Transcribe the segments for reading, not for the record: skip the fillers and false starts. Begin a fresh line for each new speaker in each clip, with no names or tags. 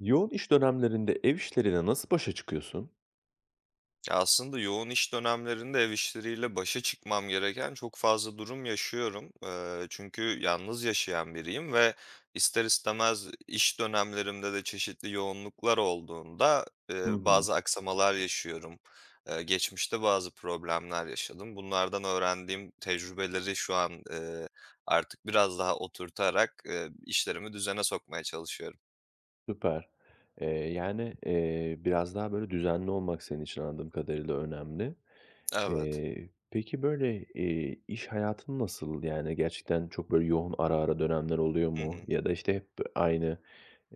Yoğun iş dönemlerinde ev işleriyle nasıl başa çıkıyorsun?
Ya, aslında yoğun iş dönemlerinde ev işleriyle başa çıkmam gereken çok fazla durum yaşıyorum. Çünkü yalnız yaşayan biriyim ve ister istemez iş dönemlerimde de çeşitli yoğunluklar olduğunda,
Hı hı.
bazı aksamalar yaşıyorum. Geçmişte bazı problemler yaşadım. Bunlardan öğrendiğim tecrübeleri şu an, artık biraz daha oturtarak, işlerimi düzene sokmaya çalışıyorum.
Süper. Yani, biraz daha böyle düzenli olmak senin için anladığım kadarıyla önemli.
Evet.
Peki, böyle, iş hayatın nasıl? Yani gerçekten çok böyle yoğun ara ara dönemler oluyor
Hı
mu
hı.
ya da, işte, hep aynı,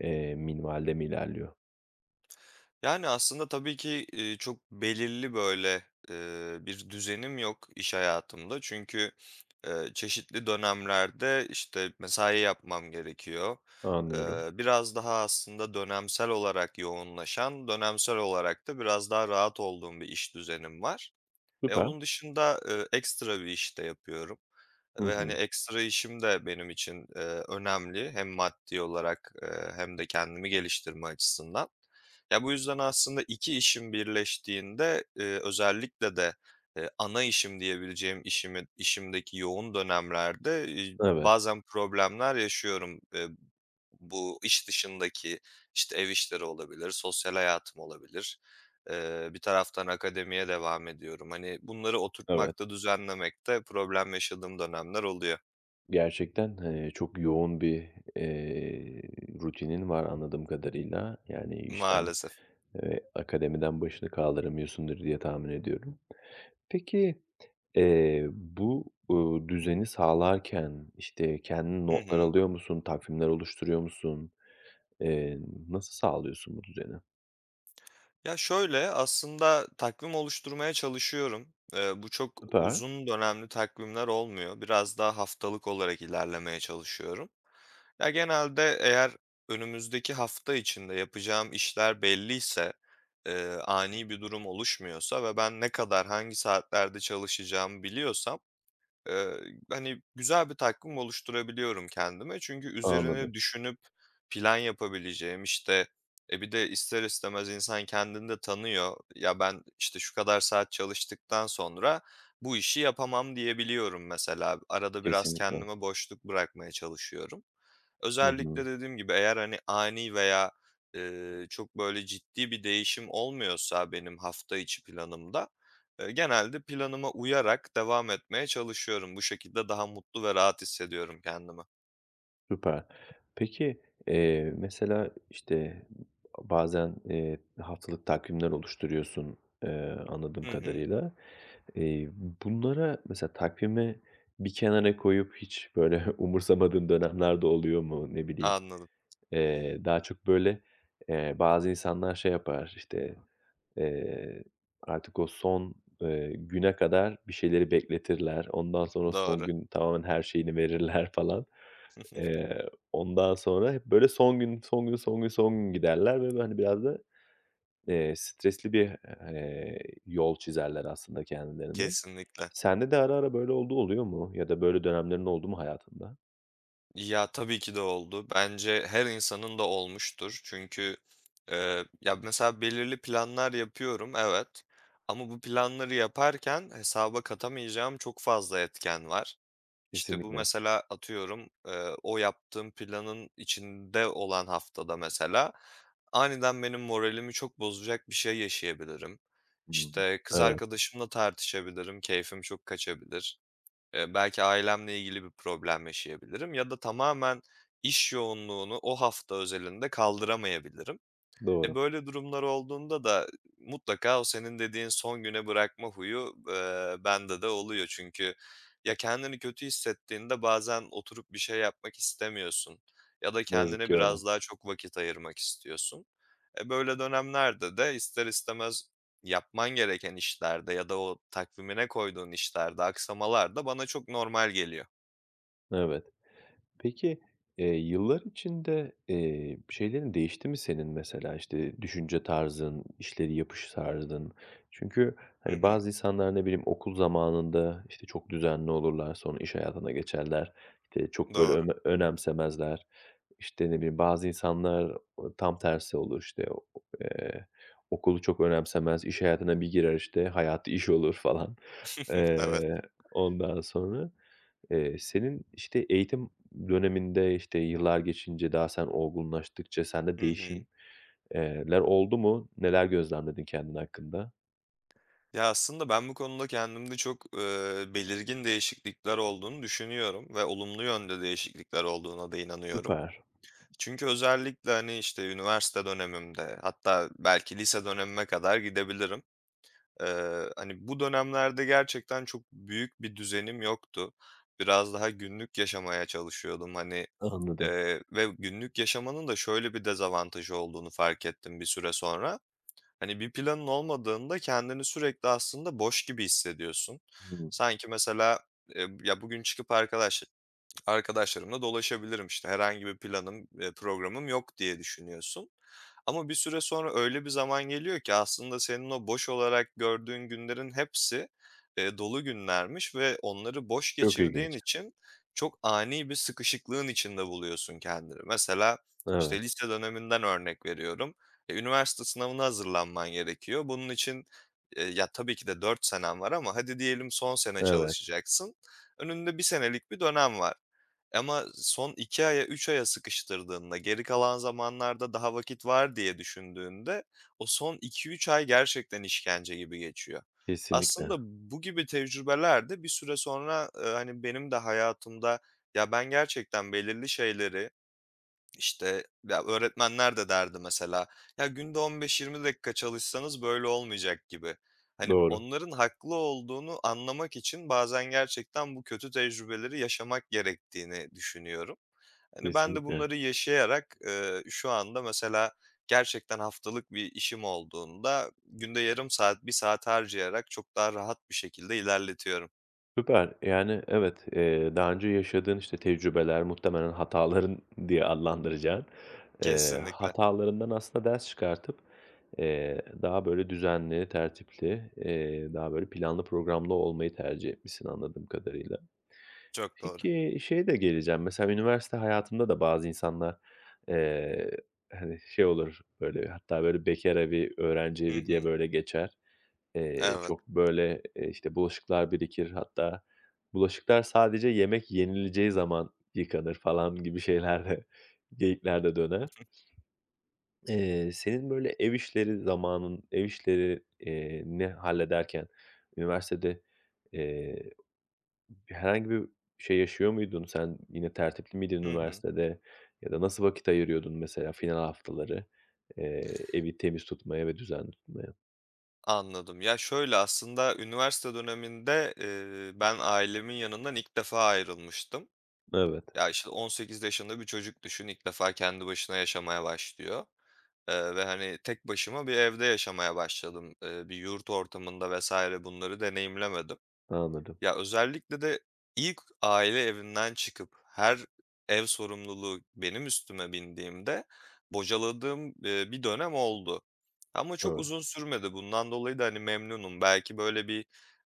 minvalde mi ilerliyor?
Yani, aslında tabii ki, çok belirli, böyle, bir düzenim yok iş hayatımda. Çünkü, çeşitli dönemlerde, işte, mesai yapmam gerekiyor.
Anlıyorum.
Biraz daha aslında dönemsel olarak yoğunlaşan, dönemsel olarak da biraz daha rahat olduğum bir iş düzenim var. E,
Süper.
onun dışında, ekstra bir iş de yapıyorum
Hı
ve, hani,
hı.
ekstra işim de benim için, önemli hem maddi olarak, hem de kendimi geliştirme açısından. Ya, bu yüzden aslında 2 işim birleştiğinde, özellikle de, ana işim diyebileceğim işimi işimdeki yoğun dönemlerde,
Evet,
bazen problemler yaşıyorum, bu iş dışındaki, işte, ev işleri olabilir, sosyal hayatım olabilir. Bir taraftan akademiye devam ediyorum. Hani, bunları
evet.
oturtmakta, düzenlemekte problem yaşadığım dönemler oluyor
Gerçekten, çok yoğun bir, rutinin var anladığım kadarıyla. Yani işten
maalesef.
Akademiden başını kaldıramıyorsundur diye tahmin ediyorum. Peki, bu, düzeni sağlarken, işte, kendin
Hı
notlar
hı.
alıyor musun, takvimler oluşturuyor musun? Eee, nasıl sağlıyorsun bu düzeni?
Ya, şöyle, aslında takvim oluşturmaya çalışıyorum. Bu çok
Süper,
uzun dönemli takvimler olmuyor. Biraz daha haftalık olarak ilerlemeye çalışıyorum. Ya, genelde eğer önümüzdeki hafta içinde yapacağım işler belliyse, ani bir durum oluşmuyorsa ve ben ne kadar, hangi saatlerde çalışacağımı biliyorsam, eee, hani, güzel bir takvim oluşturabiliyorum kendime. Çünkü üzerine
anladım.
düşünüp plan yapabileceğim, işte, bir de ister istemez insan kendini de tanıyor. Ya, ben, işte, şu kadar saat çalıştıktan sonra bu işi yapamam diyebiliyorum mesela. Arada biraz
Kesinlikle.
kendime boşluk bırakmaya çalışıyorum.
Hı hı,
Özellikle dediğim gibi eğer hani ani veya, çok böyle ciddi bir değişim olmuyorsa benim hafta içi planımda, genelde planıma uyarak devam etmeye çalışıyorum. Bu şekilde daha mutlu ve rahat hissediyorum kendimi.
süper. Peki, mesela, işte, bazen, haftalık takvimler oluşturuyorsun, anladığım
Hı hı.
kadarıyla. Eee, bunlara mesela takvimi bir kenara koyup hiç böyle umursamadığın dönemler de oluyor mu? Ne bileyim,
Anladım.
daha çok böyle, bazı insanlar şey yapar, işte, eee, artık o son, güne kadar bir şeyleri bekletirler. Ondan sonra son
Doğru.
gün tamamen her şeyini verirler falan. Eee, ondan sonra hep böyle son gün, son gün, son gün, son gün giderler ve, hani, biraz da, stresli bir, eee, yol çizerler aslında kendilerine.
Kesinlikle.
Sende de ara ara böyle oldu oluyor mu ya da böyle dönemlerin oldu mu hayatında?
Ya, tabii ki de oldu. Bence her insanın da olmuştur. Çünkü, ya, mesela belirli planlar yapıyorum, evet. Ama bu planları yaparken hesaba katamayacağım çok fazla etken var. İşte, bu
Kesinlikle.
mesela atıyorum, o yaptığım planın içinde olan haftada mesela aniden benim moralimi çok bozacak bir şey yaşayabilirim.
Hımm.
İşte, kız
Evet,
arkadaşımla tartışabilirim, keyfim çok kaçabilir. Belki ailemle ilgili bir problem yaşayabilirim ya da tamamen iş yoğunluğunu o hafta özelinde kaldıramayabilirim. E,
doğru.
böyle durumlar olduğunda da mutlaka o senin dediğin son güne bırakma huyu, bende de oluyor. Çünkü ya kendini kötü hissettiğinde bazen oturup bir şey yapmak istemiyorsun ya da
Ne yazık
kendine
ki öyle.
biraz daha çok vakit ayırmak istiyorsun. Böyle dönemlerde de ister istemez yapman gereken işlerde ya da o takvimine koyduğun işlerde aksamalar da bana çok normal geliyor.
Evet. Peki, yıllar içinde, şeylerin değişti mi senin mesela, işte, düşünce tarzın, işleri yapış tarzın? Çünkü,
Hı
hani,
hı.
bazı insanlar, ne bileyim, okul zamanında, işte, çok düzenli olurlar, sonra iş hayatına geçerler, işte, çok böyle
Doğru.
önemsemezler. İşte, ne bileyim, bazı insanlar tam tersi olur, işte, o eee, okulu çok önemsemez, iş hayatına bir girer, işte, hayatı iş olur falan.
Evet.
Eee, ondan sonra, senin, işte, eğitim döneminde, işte, yıllar geçince daha sen olgunlaştıkça sende
Hı
değişimler
hı.
oldu mu? Neler gözlemledin kendin hakkında?
Ya, aslında ben bu konuda kendimde çok, belirgin değişiklikler olduğunu düşünüyorum ve olumlu yönde değişiklikler olduğuna da inanıyorum.
Süper,
Çünkü özellikle, hani, işte, üniversite dönemimde hatta belki lise dönemime kadar gidebilirim. Hani, bu dönemlerde gerçekten çok büyük bir düzenim yoktu. Biraz daha günlük yaşamaya çalışıyordum, hani,
anladım.
ve günlük yaşamanın da şöyle bir dezavantajı olduğunu fark ettim bir süre sonra. Hani, bir planın olmadığında kendini sürekli aslında boş gibi hissediyorsun.
Hımm.
Sanki mesela, ya, bugün çıkıp arkadaşlarımla dolaşabilirim işte. Herhangi bir planım, programım yok diye düşünüyorsun. Ama bir süre sonra öyle bir zaman geliyor ki aslında senin o boş olarak gördüğün günlerin hepsi, dolu günlermiş ve onları boş
Çok
geçirdiğin
ilginç.
için çok ani bir sıkışıklığın içinde buluyorsun kendini. Mesela, işte,
Evet,
lise döneminden örnek veriyorum. Üniversite sınavına hazırlanman gerekiyor. Bunun için, ya, tabii ki de 4 senen var ama hadi diyelim son sene
evet.
çalışacaksın. Önünde bir senelik bir dönem var. Ama son 2 aya, 3 aya sıkıştırdığında, geri kalan zamanlarda daha vakit var diye düşündüğünde o son 2 3 ay gerçekten işkence gibi geçiyor. Aslında
Kesinlikle.
bu gibi tecrübeler de bir süre sonra, hani, benim de hayatımda, ya, ben gerçekten belirli şeyleri işte, ya, öğretmenler de derdi mesela, "Ya, günde 15-20 dakika çalışsanız böyle olmayacak." gibi. Hani,
Doğru,
onların haklı olduğunu anlamak için bazen gerçekten bu kötü tecrübeleri yaşamak gerektiğini düşünüyorum. Hani, ben de
kesinlikle.
bunları yaşayarak, şu anda mesela gerçekten haftalık bir işim olduğunda günde yarım saat, bir saat harcayarak çok daha rahat bir şekilde ilerletiyorum.
Süper. Yani, evet, daha önce yaşadığın, işte, tecrübeler, muhtemelen hataların diye adlandıracağın,
Kesinlikle.
hatalarından aslında ders çıkartıp, daha böyle düzenli, tertipli, daha böyle planlı programlı olmayı tercih etmişsin anladığım kadarıyla.
Çok doğru.
Peki, şey de geleceğim, mesela üniversite hayatında da bazı insanlar, eee, hani, şey olur, böyle, hatta böyle bekâr evi, öğrenci
Hı
evi diye
hı.
böyle geçer. Eee,
Evet.
çok böyle, işte, bulaşıklar birikir hatta bulaşıklar sadece yemek yenileceği zaman yıkanır falan gibi şeyler de geyikler de döner. Senin böyle ev işleri zamanın, ev işleri ni hallederken üniversitede, eee, herhangi bir şey yaşıyor muydun? Sen yine tertipli miydin
Hı hı.
üniversitede ya da nasıl vakit ayırıyordun mesela final haftaları, evi temiz tutmaya ve düzenli tutmaya?
Anladım. Ya, şöyle, aslında üniversite döneminde, ben ailemin yanından ilk defa ayrılmıştım.
Evet,
Ya, işte, 18 yaşında bir çocuk düşün, ilk defa kendi başına yaşamaya başlıyor, ve, hani, tek başıma bir evde yaşamaya başladım. Bir yurt ortamında vesaire bunları deneyimlemedim.
anladım.
Ya, özellikle de ilk aile evinden çıkıp her ev sorumluluğu benim üstüme bindiğimde bocaladığım, bir dönem oldu. Ama çok
Evet.
uzun sürmedi. Bundan dolayı da, hani, memnunum. Belki böyle bir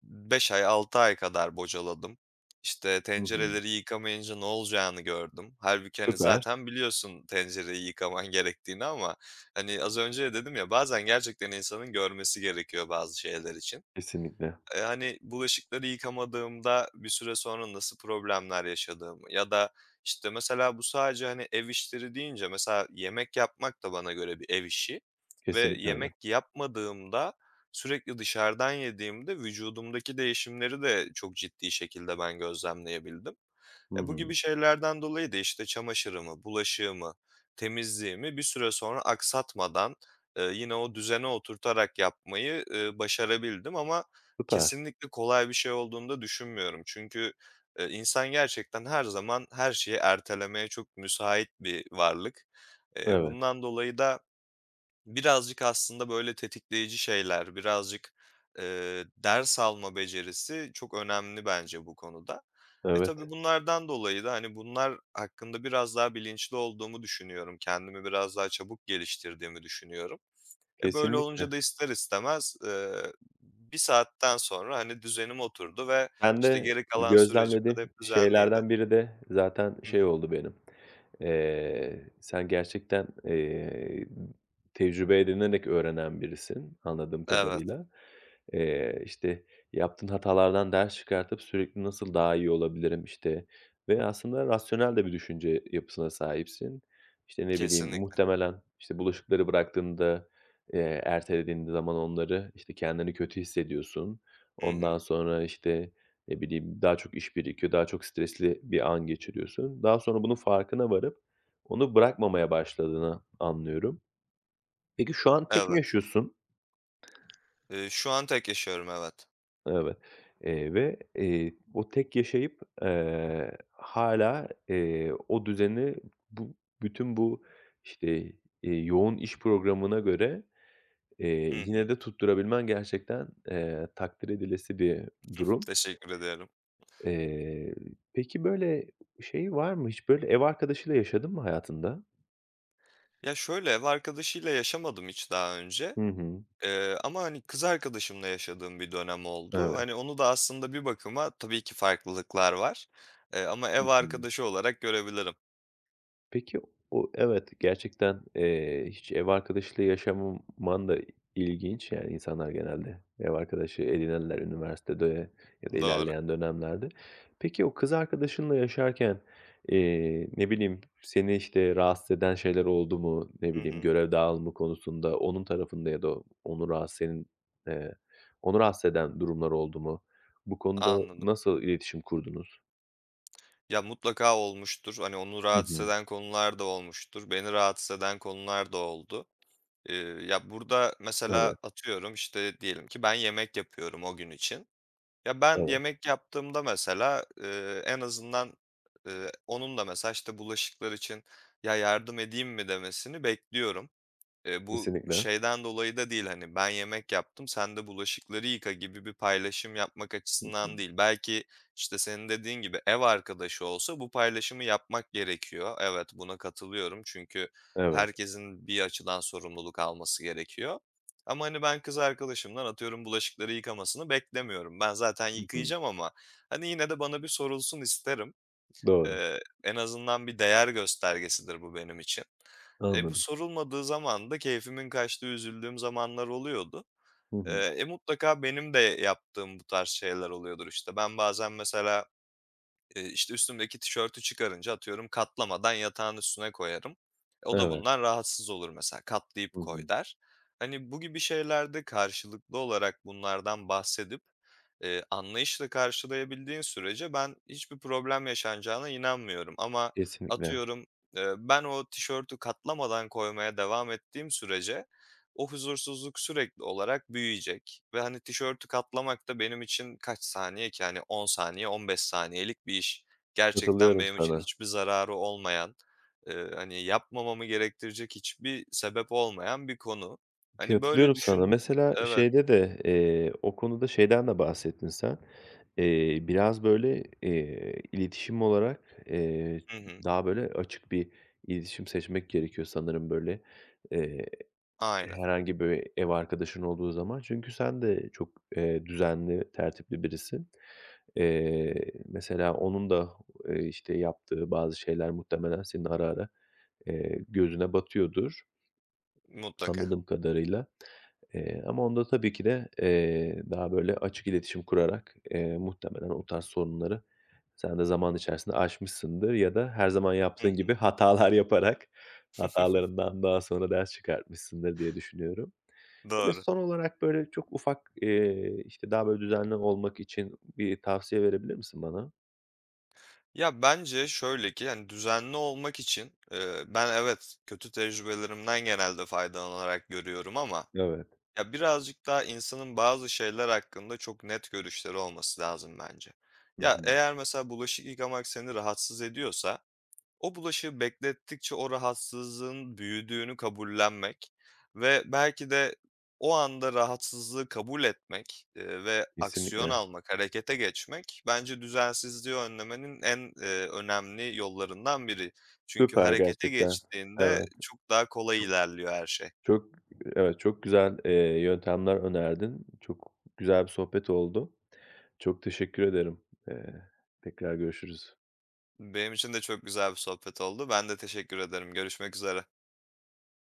5 ay, 6 ay kadar bocaladım. İşte,
Hı hı.
tencereleri yıkamayınca ne olacağını gördüm. Hâlbuki, hani,
Süper.
zaten biliyorsun tencereyi yıkaman gerektiğini ama, hani, az önce de dedim ya, bazen gerçekten insanın görmesi gerekiyor bazı şeyler için.
Kesinlikle.
Hani, bulaşıkları yıkamadığımda bir süre sonra nasıl problemler yaşadığımı ya da, işte, mesela bu sadece, hani, ev işleri deyince mesela yemek yapmak da bana göre bir ev işi ve
Kesinlikle öyle.
yemek yapmadığımda, sürekli dışarıdan yediğimde vücudumdaki değişimleri de çok ciddi şekilde ben gözlemleyebildim.
Hı
Ya, bu gibi
hı.
şeylerden dolayı da, işte, çamaşırımı, bulaşığımı, temizliğimi bir süre sonra aksatmadan, yine o düzene oturtarak yapmayı, başarabildim ama
Süper.
kesinlikle kolay bir şey olduğunu da düşünmüyorum. Çünkü, insan gerçekten her zaman her şeyi ertelemeye çok müsait bir varlık. Eee,
Evet,
bundan dolayı da birazcık aslında böyle tetikleyici şeyler, birazcık, ders alma becerisi çok önemli bence bu konuda. Tabii
evet.
bunlardan dolayı da, hani, bunlar hakkında biraz daha bilinçli olduğumu düşünüyorum. Kendimi biraz daha çabuk geliştirdiğimi düşünüyorum. Böyle olunca
Kesinlikle.
da ister istemez, bir saatten sonra, hani, düzenim oturdu ve,
Ben
işte,
de
geri kalan sürecimde de hep
gözlemlediğim
düzenliydi.
şeylerden biri de zaten
Hı
şey
hı.
oldu benim. Sen gerçekten, tecrübe edinerek öğrenen birisin anladığım
Evet,
kadarıyla. İşte, yaptığın hatalardan ders çıkartıp sürekli nasıl daha iyi olabilirim, işte, ve aslında rasyonel de bir düşünce yapısına sahipsin. İşte, ne bileyim,
kesinlikle.
muhtemelen, işte, bulaşıkları bıraktığında, ertelediğin zaman onları, işte, kendini kötü hissediyorsun.
Hı hı.
Ondan sonra, işte, ne bileyim, daha çok iş birikiyor, daha çok stresli bir an geçiriyorsun. Daha sonra bunun farkına varıp onu bırakmamaya başladığını anlıyorum. Peki şu an tek mi
Evet.
yaşıyorsun?
Şu an tek yaşıyorum, evet.
Evet, ve, o tek yaşayıp, hâlâ, o düzeni bu bütün bu, işte, yoğun iş programına göre,
Hı
yine
hı.
de tutturabilmen gerçekten, takdir edilesi bir durum.
Teşekkür ederim.
Eee, peki, böyle, şey var mı hiç? Böyle, ev arkadaşıyla yaşadın mı hayatında?
Ya, şöyle, ev arkadaşıyla yaşamadım hiç daha önce,
Hı hı.
ama, hani, kız arkadaşımla yaşadığım bir dönem oldu.
Evet.
Hani, onu da aslında bir bakıma tabii ki farklılıklar var, ama
Hı
ev
hı.
arkadaşı olarak görebilirim.
Peki. Evet, gerçekten, hiç ev arkadaşıyla yaşamaman da ilginç. Yani insanlar genelde ev arkadaşı edinirler üniversitede ya da
Doğru.
ilerleyen dönemlerde. Peki o kız arkadaşınla yaşarken, ne bileyim, seni, işte, rahatsız eden şeyler oldu mu? Ne
Hı
bileyim,
hı.
görev dağılımı konusunda onun tarafında ya da onu rahatsız senin, eee, onu rahatsız eden durumlar oldu mu? Bu konuda
Anladım.
nasıl iletişim kurdunuz?
Ya, mutlaka olmuştur. Hani, onu
Hı
rahatsız
hı.
eden konular da olmuştur. Beni rahatsız eden konular da oldu. Eee, ya, burada mesela
Evet,
atıyorum, işte, diyelim ki ben yemek yapıyorum o gün için. Ya, ben
evet.
yemek yaptığımda mesela, en azından, onun da mesela, işte, bulaşıklar için "Ya, yardım edeyim mi?" demesini bekliyorum. Bu
Kesinlikle.
şeyden dolayı da değil, hani, "Ben yemek yaptım, sen de bulaşıkları yıka." gibi bir paylaşım yapmak
Hı hı.
açısından değil. Belki, işte, senin dediğin gibi ev arkadaşı olsa bu paylaşımı yapmak gerekiyor. Evet, buna katılıyorum çünkü
Evet.
herkesin bir açıdan sorumluluk alması gerekiyor. Ama, hani, ben kız arkadaşımdan atıyorum bulaşıkları yıkamasını beklemiyorum. Ben zaten
Hı hı.
yıkayacağım ama, hani, yine de bana bir sorulsun isterim.
Doğru.
En azından bir değer göstergesidir bu benim için. Bu
Anladım.
sorulmadığı zaman da keyfimin kaçtığı, üzüldüğüm zamanlar oluyordu.
Hı
Eee,
hı.
e, mutlaka benim de yaptığım bu tarz şeyler oluyordur. İşte. Ben bazen mesela işte, üstümdeki tişörtü çıkarınca atıyorum katlamadan yatağın üstüne koyarım. O da
Evet.
bundan rahatsız olur mesela, "Katlayıp
Hı
koy."
hı.
der. Hani, bu gibi şeylerde karşılıklı olarak bunlardan bahsedip, anlayışla karşılayabildiğin sürece ben hiçbir problem yaşanacağına inanmıyorum ama
Kesinlikle.
atıyorum, ben o tişörtü katlamadan koymaya devam ettiğim sürece o huzursuzluk sürekli olarak büyüyecek ve, hani, tişörtü katlamak da benim için kaç saniye ki? Hani, 10 saniye, 15 saniyelik bir iş. Gerçekten
Katılıyorum
benim için
sana.
hiçbir zararı olmayan, hani, yapmamamı gerektirecek hiçbir sebep olmayan bir konu. Hani, böyle
Katılıyorum sana.
düşün.
Mesela
Evet.
şeyde de, o konuda şeyden de bahsettin sen. Biraz böyle, iletişim olarak,
Hı hı.
daha böyle açık bir iletişim seçmek gerekiyor sanırım böyle. Eee
Aynen.
herhangi bir ev arkadaşın olduğu zaman. Çünkü sen de çok, düzenli, tertipli birisin. Mesela onun da, işte, yaptığı bazı şeyler muhtemelen senin ara ara, gözüne batıyordur
Mutlaka.
anladığım kadarıyla. Ama onda tabii ki de, daha böyle açık iletişim kurarak, muhtemelen o tarz sorunları sen de zaman içerisinde aşmışsındır ya da her zaman
Hı
yaptığın
hı.
gibi hatalar yaparak hatalarından daha sonra ders çıkartmışsındır diye düşünüyorum. Böyle,
Doğru.
son olarak, böyle, çok ufak, işte, daha böyle düzenli olmak için bir tavsiye verebilir misin bana?
Ya, bence şöyle ki, hani, düzenli olmak için, ben evet, kötü tecrübelerimden genelde faydalanarak görüyorum ama
Evet.
ya, birazcık daha insanın bazı şeyler hakkında çok net görüşleri olması lazım bence.
Hı
Ya,
hı.
eğer mesela bulaşık yıkamak seni rahatsız ediyorsa, o bulaşığı beklettikçe o rahatsızlığın büyüdüğünü kabullenmek ve belki de o anda rahatsızlığı kabul etmek, ve aksiyon
Kesinlikle.
almak, harekete geçmek bence düzensizliği önlemenin en, önemli yollarından biri. Çünkü
Süper
harekete
gerçekten.
geçtiğinde
Evet.
çok daha kolay
Çok
ilerliyor her şey.
çok evet, çok güzel, yöntemler önerdin. Çok güzel bir sohbet oldu. Çok teşekkür ederim. Eee, tekrar görüşürüz.
Benim için de çok güzel bir sohbet oldu. Ben de teşekkür ederim. Görüşmek üzere.